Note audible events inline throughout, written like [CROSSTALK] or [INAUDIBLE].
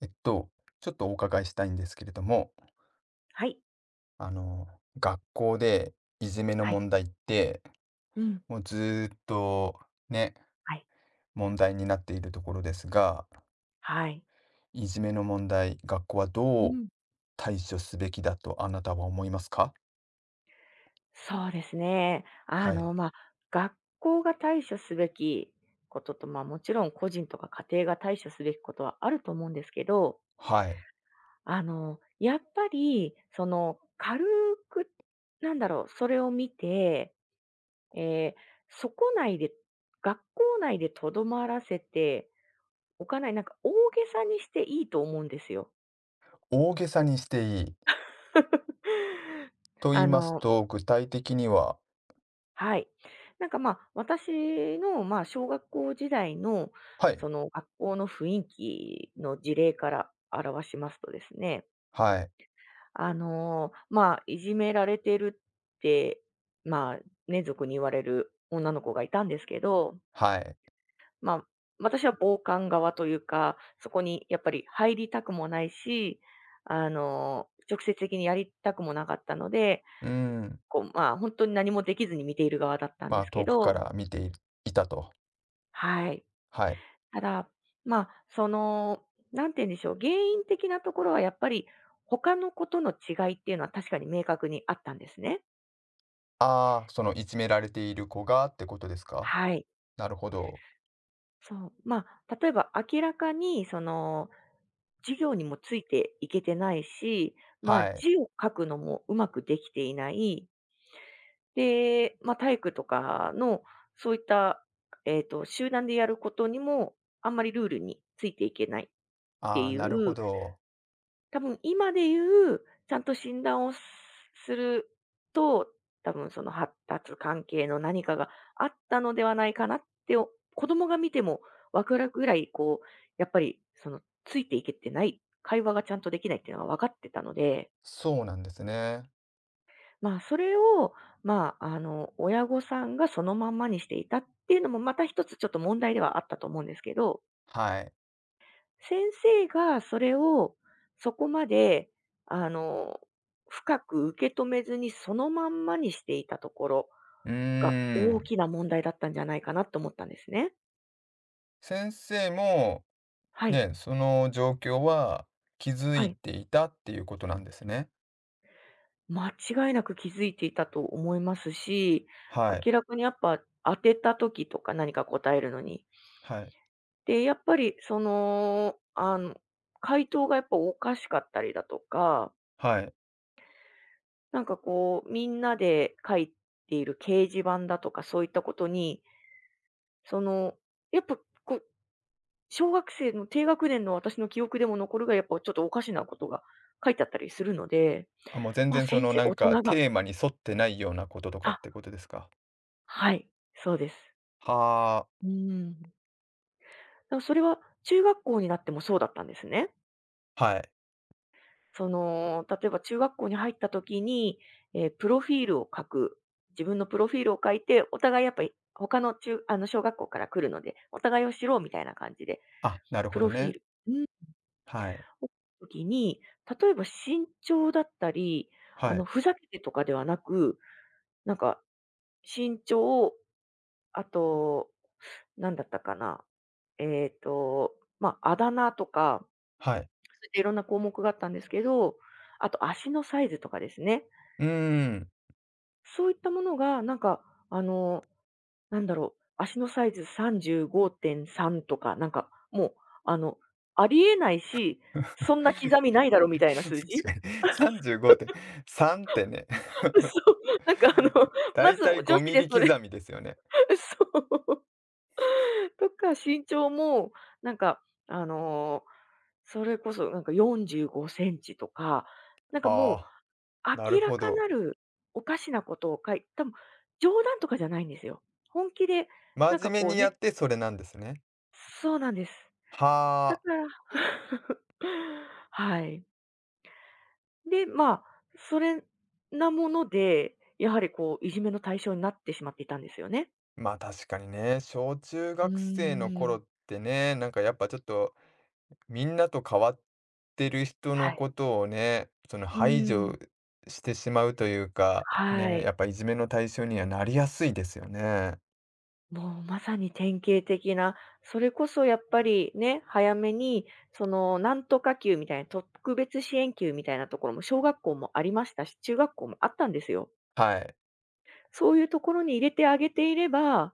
えっと、ちょっとお伺いしたいんですけれども、はい。あの、学校でいじめのはい。問題って、うん。もうずーっとね、はい。問題になっているところですが、はい。いじめの問題、学校はうどうん。対処すべきだとあなたは思いますか？そうですね。はい。学校が対処すべきことと、まあ、もちろん個人とか家庭が対処すべきことはあると思うんですけど、はい。やっぱり、軽く、なんだろう、それを見て、えーそこ内で、学校内でとどまらせておかない、なんか大げさにしていいと思うんですよ。大げさにしていい。[LAUGHS] と言いあますのと、具体的には、はい。なんかまあ、私のまあ、小学校時代の、はい、その学校の雰囲気の事例から表しますとですね、はい、いじめられてるって、まあ、ね、俗に言われる女の子がいたんですけど、はい。まあ、私は傍観側というか、そこにやっぱり入りたくもないし、直接的にやりたくもなかったので、うん。こう、まあ、本当に何もできずに見ている側だったんまであ、すけ遠くかどら見ていいたと。はい。はい。ただ、まあ、その、なんて言うんでしょう、原因的なところはやっぱり他のことの違いっていうのは確かに明確にあったんですね。ああ、そのいじめられている子がってことですか？はい。なるほど。そう。まあ、例えば明らかに、授業にもついていけてないし、まあ、はい。字を書くのもうまくできていない。で、まあ、体育とかの、そういった、集団でやることにも、あんまりルールについていけないってああ、いなるほう、ど。多分今で言う、ちゃんと診断をすると、多分その発達関係の何かがあったのではないかなって、お子供が見てもわくらぐらい、こう、やっぱりそのついていけてない、会話がちゃんとできないっていうのは分かってたので、そうなんですね。まあそれを、親御さんがそのまんまにしていたっていうのもまた一つちょっと問題ではあったと思うんですけど、はい。先生がそれをそこまで、あの、深く受け止めずにそのまんまにしていたところうーが大ん。きな問題だったんじゃないかなと思ったんですね。先生も、はい、ね、その状況は気づはいい。ていたっていうことなんですね。間違いなく気づいていたと思いますし、はい。明らかにやっぱ当てた時とか何か答えるのに。はい。で、やっぱり回答がやっぱおかしかったりだとかはい。なんかこう、みんなで書いている掲示板だとか、そういったことに、その、やっぱこう、小学生の低学年の私の記憶でも残るが、やっぱちょっとおかしなことが書いてあったりするので、あ、もう全ま、然そ先の生なん大人かがテーマに沿ってないようなこととかっあ、てことですか？はい、そうです。はあ、うん。だ、それは中学校になってもそうだったんですね。はい。その、例えば中学校に入った時に、プロフィールを書く。自分のプロフィールを書いて、お互いやっぱり他の中あの、小学校から来るので、お互いを知ろうみたいな感じで、あ、なるほプどロフィね。ールうん、をはい。書く時に、例えば身長だったり、はい。ふざけてとかではなく、なんか身長、あと、なんだったかな、えっと、まあ、あだ名とか、そはい。ういったいろんな項目があったんですけど、あと足のサイズとかですね。うーん。そういったものが、なんか、あの、なんだろう、足のサイズ35.3とか、なんか、もう、あの、ありえないし、そ [LAUGHS] んな刻みないだろ [LAUGHS] み確たいな数字？かに。35.3ってね [LAUGHS] そう、なんか、[LAUGHS] [LAUGHS] だまいずたい女5 [LAUGHS] 子ミでリそれ 刻みですよね。[LAUGHS] そう。とか、身長も、なんか、それこそなんか45cmとか、なんかあもうあ、なる明らほかど。なるおかしなことを書い多分冗談とかじゃないんですよ。本気で、なん真か面目こうにやっねてそれなんですね。そうなんです。だはかあ。ら [LAUGHS] はい。で、まあ、それなもので、やはりこう、いじめの対象になってしまっていたんですよね。まあ確かにね、小中う学生のー頃ん。ってね、なんかやっぱちょっとみんなと変わってる人はのこい。とをね、そのう排ー除ん。してしまうというか、はね、やい。っぱいじめの対象にはなりやすいですよね。もうまさに典型的な、それこそやっぱりね、早めに、なんとか級みたいな、特別支援級みたいなところも小学校もありましたし、中学校もあったんですよ。はい。そういうところに入れてあげていれば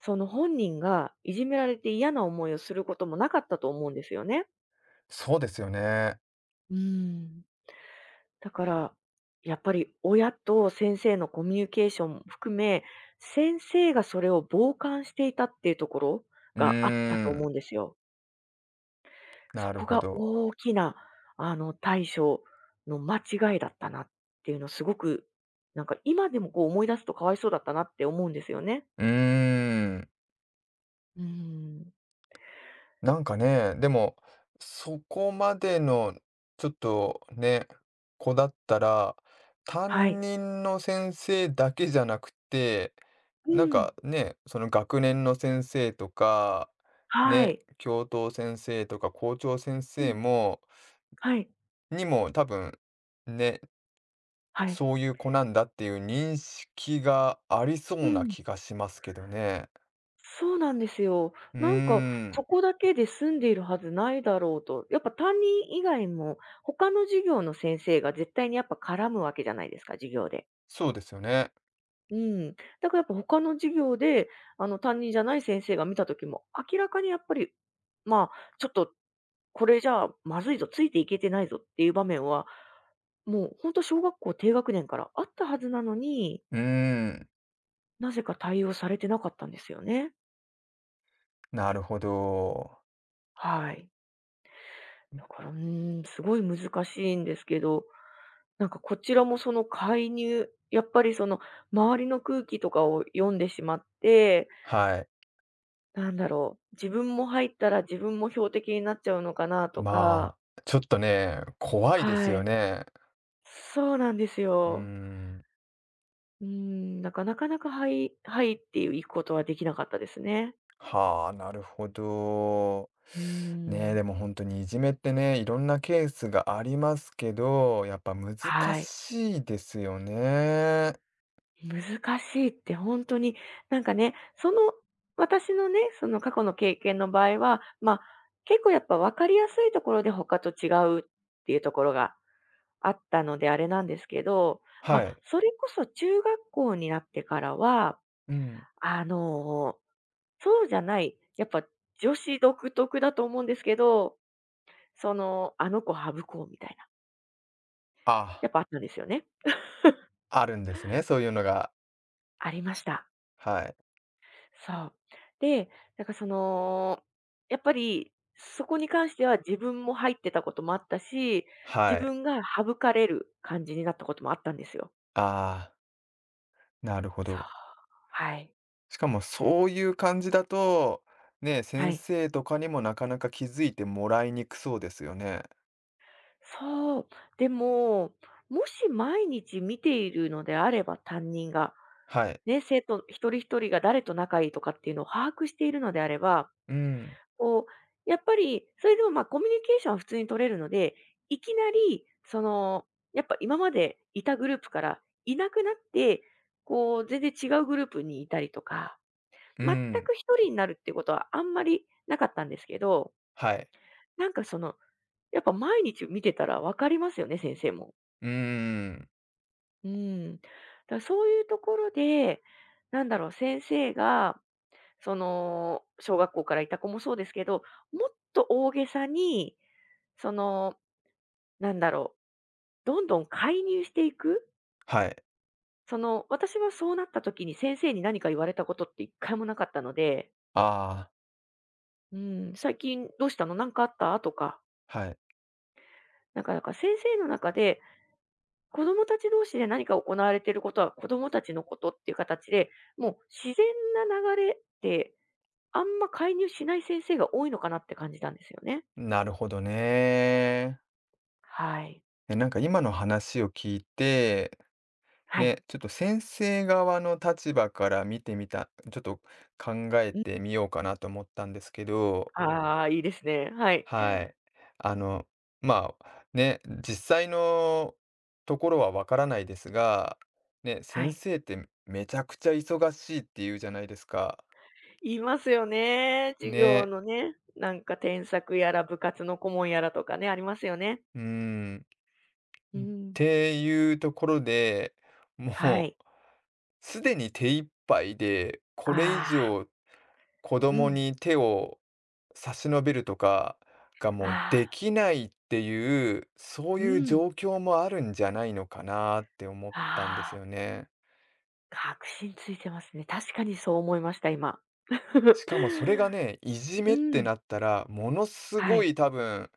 その本人がいじめられて嫌な思いをすることもなかったと思うんですよね。そうですよね。うん。だから、やっぱり親と先生のコミュニケーションも含め、先生がそれを傍観していたっていうところうーがあったと思うん、んですよ。なそるこほがど。大きな、対処の間違いだったなっていうのをすごく、なんか今でもこう思い出すとかわいそうだったなって思うんですよね。うーん、うん。なんかね、でも、そこまでのちょっとね、子だったら、は担い。任の先生だけじゃなくて、うなんん。かね、その学年の先生とか、はね、い。教頭先生とか校長先う生ん。もはい。にも多分、ね、はい。そういう子なんだっていう認識がありそううなん、気がしますけどね。そうなんですよ。うーなんか、ん、そこだけで済んでいるはずないだろうと。やっぱ担任以外も、他の授業の先生が絶対にやっぱ絡むわけじゃないですか、授業で。そうですよね。うん。だからやっぱ他の授業で、あの担任じゃない先生が見た時も、明らかにやっぱり、まあ、ちょっと、これじゃあまずいぞ、ついていけてないぞっていう場面は、もう本当小学校低学年からあったはずなのに、うーん。なぜか対応されてなかったんですよね。なるほど。はい。だから、うーん、すごい難しいんですけど、なんかこちらもその介入、やっぱりその周りの空気とかを読んでしまって、はい。なんだろう、自分も入ったら自分も標的になっちゃうのかなとか、まあ、ちょっとね、怖いですはよい。ね。そうなんですうーよ。ん。うーん、なんかなかなかはい、はいっていう行くことはできなかったですね。はあ、なるほど。うーねえ、ん。でも本当にいじめってね、いろんなケースがありますけど、やっぱ難はい。しいですよね。難しいって本当に、なんかね、私のね、その過去の経験の場合は、ま、あ結構やっぱ分かりやすいところで他と違うっていうところがあったのであれなんですけど、ま、はあい。それこそ中学校になってからは、うん。あの、そうじゃない、やっぱ女子独特だと思うんですけど、あの子省こうみたいな、あ、やっぱあったんですよね。あるんですね、そういうのが。ありました。はい。そう。で、なんかその、やっぱりそこに関しては自分も入ってたこともあったし、は自い。分が省かれる感じになったこともあったんですよ。ああ、なるほそう。ど。はい。しかもそういう感じだと、ね、は先い。生とかにもなかなか気づいてもらいにくそうですよね。そう。でも、もし毎日見ているのであれば、担任が、はい。ね、生徒一人一人が誰と仲いいとかっていうのを把握しているのであれば、うん。こう、やっぱり、それでも、ま、コミュニケーションは普通に取れるので、いきなり、やっぱ今までいたグループからいなくなって、こう、全然違うグループにいたりとか、う全ん。く一人になるっていうことはあんまりなかったんですけど、はい。なんかその、やっぱ毎日見てたら分かりますよね、先生も。うーん。うん。だ、そういうところで、なんだろう、先生が、その、小学校からいた子もそうですけど、もっと大げさに、そのなんだろう、どんどん介入していく、はい。その、私はそうなった時に先生に何か言われたことって一回もなかったので、ああ、うん、「最近どうしたの？なかあった？」とか、はい。なんか先生の中で、子供たち同士で何か行われていることは子供たちのことっていう形で、もう自然な流れで、あんま介入しない先生が多いのかなって感じたんですよね。なるほどね。はい。え、なんか今の話を聞いて、はい。ね、ちょっと先生側の立場から見てみたちょっと考えうん。てみようかなと思ったんですけど。ああ、いいですね。はい。はい。あの、まあ、ね、実際のところはわからないですが、ね、は先い。生ってめちゃくちゃ忙しいって言うじゃないですか。言いますよね。授業ね、のね、なんか添削やら部活の顧問やらとかね、ありますよね。うーん。うっん。ていうところで、はもい。うすでに手一杯で、これ以ああ、上子う供ん。に手を差し伸べるとかがもうあ、あ、できないっていう、そうういうん。状況もあるんじゃないのかなって思っあ、たんですあよあ、ね。確信ついてますね。確かにそう思いました、今。[LAUGHS] しかもそれがね、いじめうってん。なったら、ものすはごい。い多分、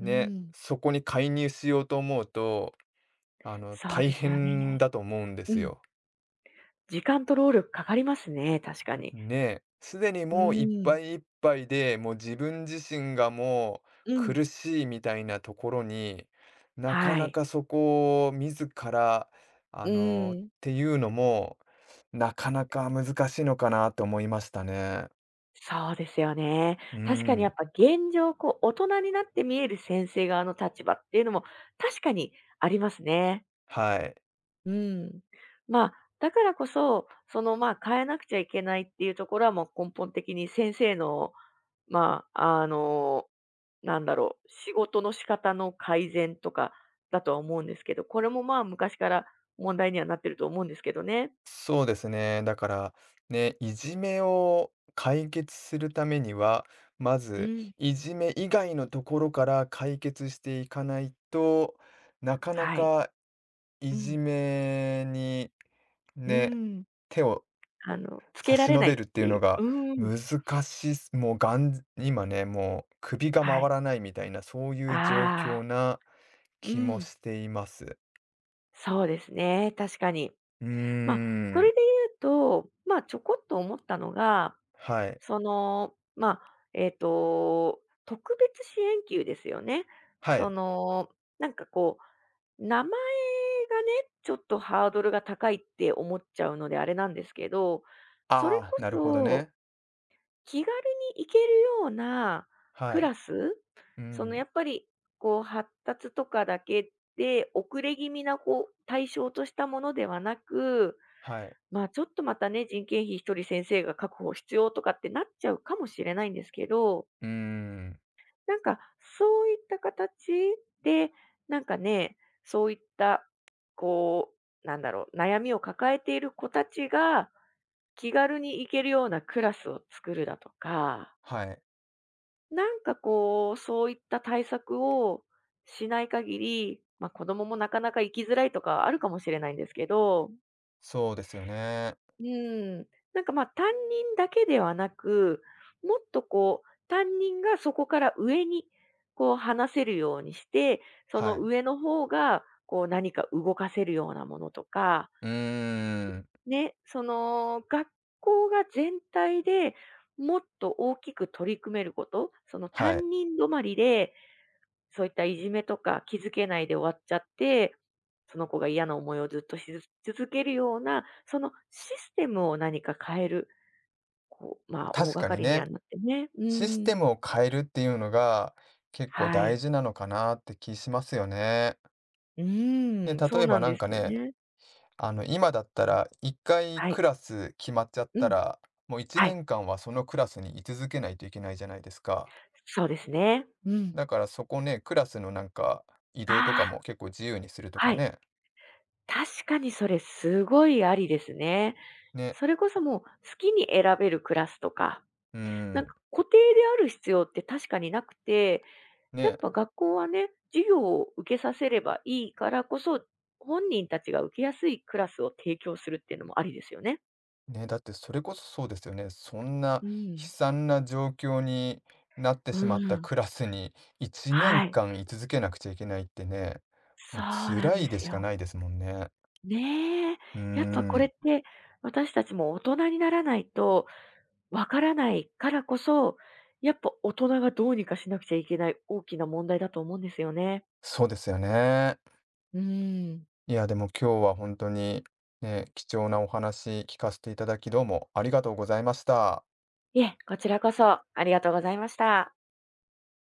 うん。そこに介入しようと思うと、そう大ですよ変ね。だと思うんでうすん。よ。時間と労力かかりますね、確かに。ね、すでにうもういっん、ぱいいっぱいで、もう自分自身がもううん。苦しいみたいなところに、なかはない。かそこを自ら、うっん。ていうのも、なかなか難しいのかなと思いましたね。そうですよね。う確かにやっん、ぱ現状、こう、大人になって見える先生側の立場っていうのも確かにありますね。はい。うん。まあ、だからこそ、その、まあ、変えなくちゃいけないっていうところはもう根本的に先生の、まあ、なんだろう、仕事の仕方の改善とかだとは思うんですけど、これもまあ昔から問題にはなってると思うんですけどね。そうですね。だから、ね、いじめを解決するためには、まうず、ん。いじめ以外のところから解決していかないと、なかなはい。かいうじん。めにうね、ん。手をあの、つ差けらしれ伸ないっべるっていてういのう。がうん。難しいす。もう今ね、もう首がは回い。らないみたいな、そういうあ状況あ。なう気もん。しています。そうですね、確かに。うーまあ、そん。れで言うと、まあ、ちょこっと思ったのが、はい。その、まあ、特別支援級ですよね。はそい。の、なんかこう、名前がね、ちょっとハードルが高いって思っちゃうのであれなんですけど、それああ、こなるほどそね。気軽に行けるようなはクい。ラス、うそのん。やっぱりこう発達とかだけで、遅れ気味なこう対象としたものではなく、はい。まあちょっとまたね、人件費一人先生が確保必要とかってなっちゃうかもしれないんですけど、うーん。なんかそういった形で、なんかね、そういったこう、なんだろう、悩みを抱えている子たちが気軽に行けるようなクラスを作るだとか、はい。なんかこう、そういった対策をしない限り、ま、子供もなかなか生きづらいとかあるかもしれないんですけど、そうですよね。うん、なんか、ま、あ担任だけではなく、もっとこう、担任がそこから上にこう話せるようにして、そはのい。上の方がこう何か動かせるようなものとか、うーん。ね、その学校が全体でもっと大きく取り組めること、そのはい。担任止まりでそういったいじめとか気づけないで終わっちゃって、その子が嫌な思いをずっとしず続けるような、そのシステムを何か変える、こう、まあ、大確掛かかにりにね、はなってね。うシステん。ムを変えるっていうのが、結構は大い。事なのかなって気しますよね。うね、ん、そ例うえなばんなでんすかよね、ね。今だったら1回はい。クラス決まっちゃっうたん。ら、もう1はい。年間はそのクラスに居続けないといけないじゃないですか。そうですね。うん。だからそこね、クラスのなんか、移あ動とかあ、も結構自由にするとはかい。ね。確かにそれすごいありですね。ね。それこそもう好きに選べるクラスとか、うなんん。か固定である必要って確かになくて、やっね。ぱ学校はね、授業を受けさせればいいからこそ、本人たちが受けやすいクラスを提供するっていうのもありですよね。ね、だってそれこそそうですよね。そんなう悲ん。惨な状況になってうしまったーん、クラスに1年はい。間居続けなくちゃいけないってね、もそううな辛んいでですしよ。かないですもんね。ねえ。うーやっぱこれっん、て、私たちも大人にならないとわからないからこそ、やっぱ大人がどうにかしなくちゃいけない大きな問題だと思うんですよね。そうですよね。うーん。いや、でも今日は本当にね、貴重なお話聞かせていただき、どうもありがとうございました。いえ、こちらこそありがとうございました。